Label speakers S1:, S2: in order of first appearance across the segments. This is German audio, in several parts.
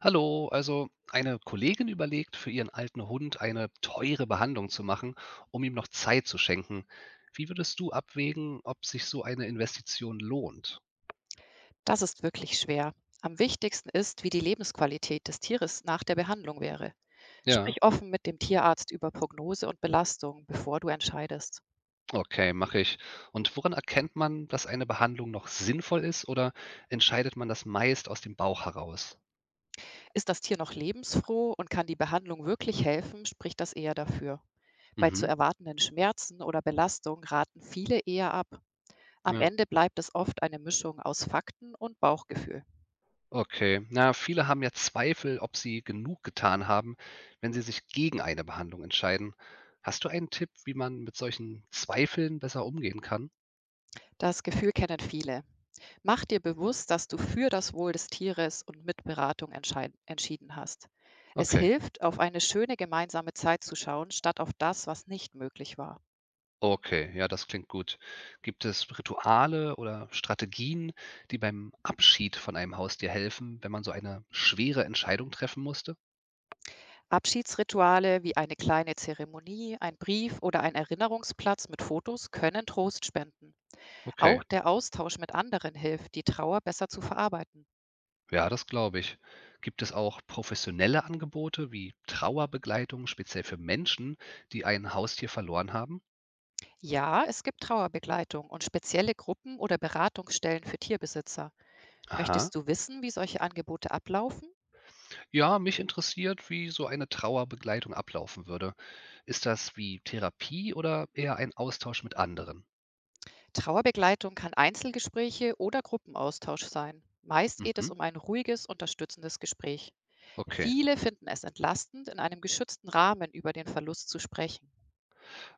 S1: Hallo, also eine Kollegin überlegt, für ihren alten Hund eine teure Behandlung zu machen, um ihm noch Zeit zu schenken. Wie würdest du abwägen, ob sich so eine Investition lohnt?
S2: Das ist wirklich schwer. Am wichtigsten ist, wie die Lebensqualität des Tieres nach der Behandlung wäre.
S1: Ja,
S2: Sprich offen mit dem Tierarzt über Prognose und Belastung, bevor du entscheidest.
S1: okay, mache ich. Und woran erkennt man, dass eine Behandlung noch sinnvoll ist oder entscheidet man das meist aus dem Bauch heraus?
S2: Ist das Tier noch lebensfroh und kann die Behandlung wirklich helfen, spricht das eher dafür. Bei zu
S1: Mhm,
S2: erwartenden Schmerzen oder Belastung raten viele eher ab. Am
S1: ja.
S2: Ende bleibt es oft eine Mischung aus Fakten und Bauchgefühl.
S1: Okay. Na, viele haben ja Zweifel, ob sie genug getan haben, wenn sie sich gegen eine Behandlung entscheiden. Hast du einen Tipp, wie man mit solchen Zweifeln besser umgehen kann?
S2: Das Gefühl kennen viele. Mach dir bewusst, dass du für das Wohl des Tieres und mit Beratung entschieden hast. Es
S1: Okay.
S2: hilft, auf eine schöne gemeinsame Zeit zu schauen, statt auf das, was nicht möglich war.
S1: Okay, ja, das klingt gut. Gibt es Rituale oder Strategien, die beim Abschied von einem Haustier helfen, wenn man so eine schwere Entscheidung treffen musste?
S2: Abschiedsrituale wie eine kleine Zeremonie, ein Brief oder ein Erinnerungsplatz mit Fotos können Trost spenden.
S1: Okay,
S2: Auch der Austausch mit anderen hilft, die Trauer besser zu verarbeiten.
S1: ja, das glaube ich. Gibt es auch professionelle Angebote wie Trauerbegleitung speziell für Menschen, die ein Haustier verloren haben?
S2: Ja, es gibt Trauerbegleitung und spezielle Gruppen oder Beratungsstellen für Tierbesitzer.
S1: Aha.
S2: Möchtest du wissen, wie solche Angebote ablaufen?
S1: Ja, mich interessiert, wie so eine Trauerbegleitung ablaufen würde. Ist das wie Therapie oder eher ein Austausch mit anderen?
S2: Trauerbegleitung kann Einzelgespräche oder Gruppenaustausch sein. Meist geht es
S1: Mhm,
S2: um ein ruhiges, unterstützendes Gespräch.
S1: okay.
S2: Viele finden es entlastend, in einem geschützten Rahmen über den Verlust zu sprechen.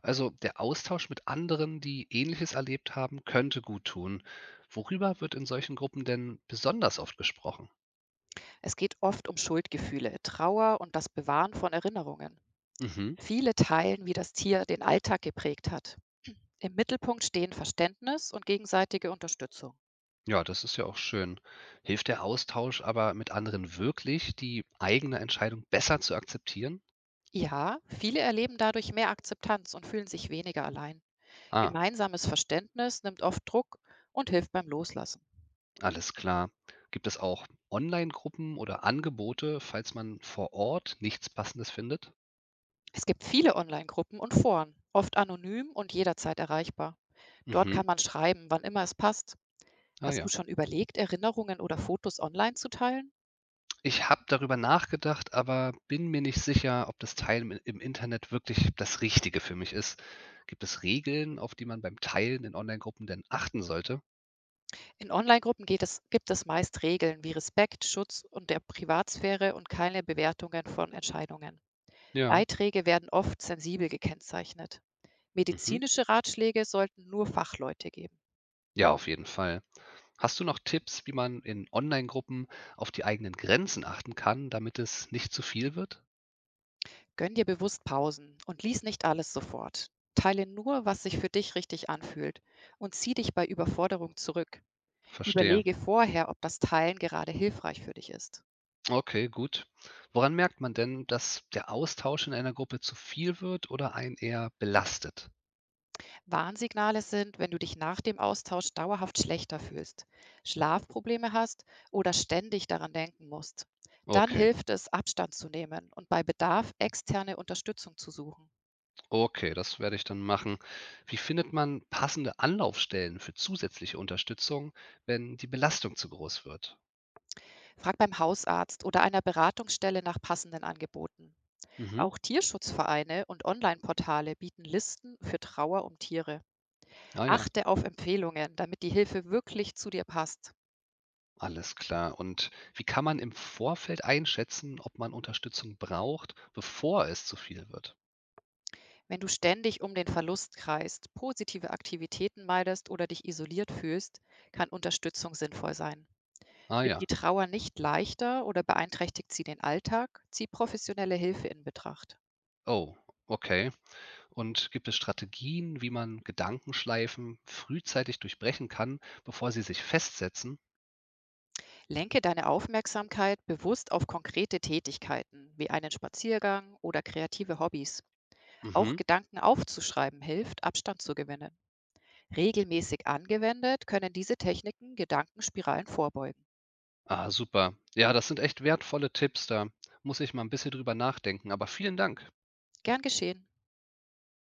S1: Also der Austausch mit anderen, die Ähnliches erlebt haben, könnte gut tun. Worüber wird in solchen Gruppen denn besonders oft gesprochen?
S2: Es geht oft um Schuldgefühle, Trauer und das Bewahren von Erinnerungen.
S1: Mhm.
S2: Viele teilen, wie das Tier den Alltag geprägt hat. Im Mittelpunkt stehen Verständnis und gegenseitige Unterstützung.
S1: Ja, das ist ja auch schön. Hilft der Austausch aber mit anderen wirklich, die eigene Entscheidung besser zu akzeptieren?
S2: Ja, viele erleben dadurch mehr Akzeptanz und fühlen sich weniger allein.
S1: Ah.
S2: Gemeinsames Verständnis nimmt oft Druck und hilft beim Loslassen.
S1: Alles klar. Gibt es auch Online-Gruppen oder Angebote, falls man vor Ort nichts Passendes findet?
S2: Es gibt viele Online-Gruppen und Foren, oft anonym und jederzeit erreichbar. Dort kann
S1: Mhm.
S2: man schreiben, wann immer es passt.
S1: Ah
S2: Hast du
S1: ja.
S2: schon überlegt, Erinnerungen oder Fotos online zu teilen?
S1: Ich habe darüber nachgedacht, aber bin mir nicht sicher, ob das Teilen im Internet wirklich das Richtige für mich ist. Gibt es Regeln, auf die man beim Teilen in Online-Gruppen denn achten sollte?
S2: In Online-Gruppen gibt es meist Regeln wie Respekt, Schutz und der Privatsphäre und keine Bewertungen von Entscheidungen.
S1: Ja.
S2: Beiträge werden oft sensibel gekennzeichnet.
S1: Mhm.
S2: Medizinische Ratschläge sollten nur Fachleute geben.
S1: Ja, auf jeden Fall. Hast du noch Tipps, wie man in Online-Gruppen auf die eigenen Grenzen achten kann, damit es nicht zu viel wird?
S2: Gönn dir bewusst Pausen und lies nicht alles sofort. Teile nur, was sich für dich richtig anfühlt und zieh dich bei Überforderung zurück.
S1: Verstehe.
S2: Überlege vorher, ob das Teilen gerade hilfreich für dich ist.
S1: Okay, gut. Woran merkt man denn, dass der Austausch in einer Gruppe zu viel wird oder einen eher belastet?
S2: Warnsignale sind, wenn du dich nach dem Austausch dauerhaft schlechter fühlst, Schlafprobleme hast oder ständig daran denken musst. Dann
S1: Okay,
S2: hilft es, Abstand zu nehmen und bei Bedarf externe Unterstützung zu suchen.
S1: okay, das werde ich dann machen. Wie findet man passende Anlaufstellen für zusätzliche Unterstützung, wenn die Belastung zu groß wird?
S2: Frag beim Hausarzt oder einer Beratungsstelle nach passenden Angeboten.
S1: Mhm.
S2: Auch Tierschutzvereine und Online-Portale bieten Listen für Trauer um Tiere.
S1: Ja, ja,
S2: Achte auf Empfehlungen, damit die Hilfe wirklich zu dir passt.
S1: alles klar. Und wie kann man im Vorfeld einschätzen, ob man Unterstützung braucht, bevor es zu viel wird?
S2: Wenn du ständig um den Verlust kreist, positive Aktivitäten meidest oder dich isoliert fühlst, kann Unterstützung sinnvoll sein.
S1: Ah
S2: Wird die
S1: ja.
S2: Trauer nicht leichter oder beeinträchtigt sie den Alltag, zieh professionelle Hilfe in Betracht.
S1: Oh, okay. Und gibt es Strategien, wie man Gedankenschleifen frühzeitig durchbrechen kann, bevor sie sich festsetzen?
S2: Lenke deine Aufmerksamkeit bewusst auf konkrete Tätigkeiten wie einen Spaziergang oder kreative Hobbys. Auch
S1: Mhm.
S2: Gedanken aufzuschreiben hilft, Abstand zu gewinnen. Regelmäßig angewendet, können diese Techniken Gedankenspiralen vorbeugen.
S1: Ah, super. Ja, das sind echt wertvolle Tipps. Da muss ich mal ein bisschen drüber nachdenken. Aber vielen Dank.
S2: Gern geschehen.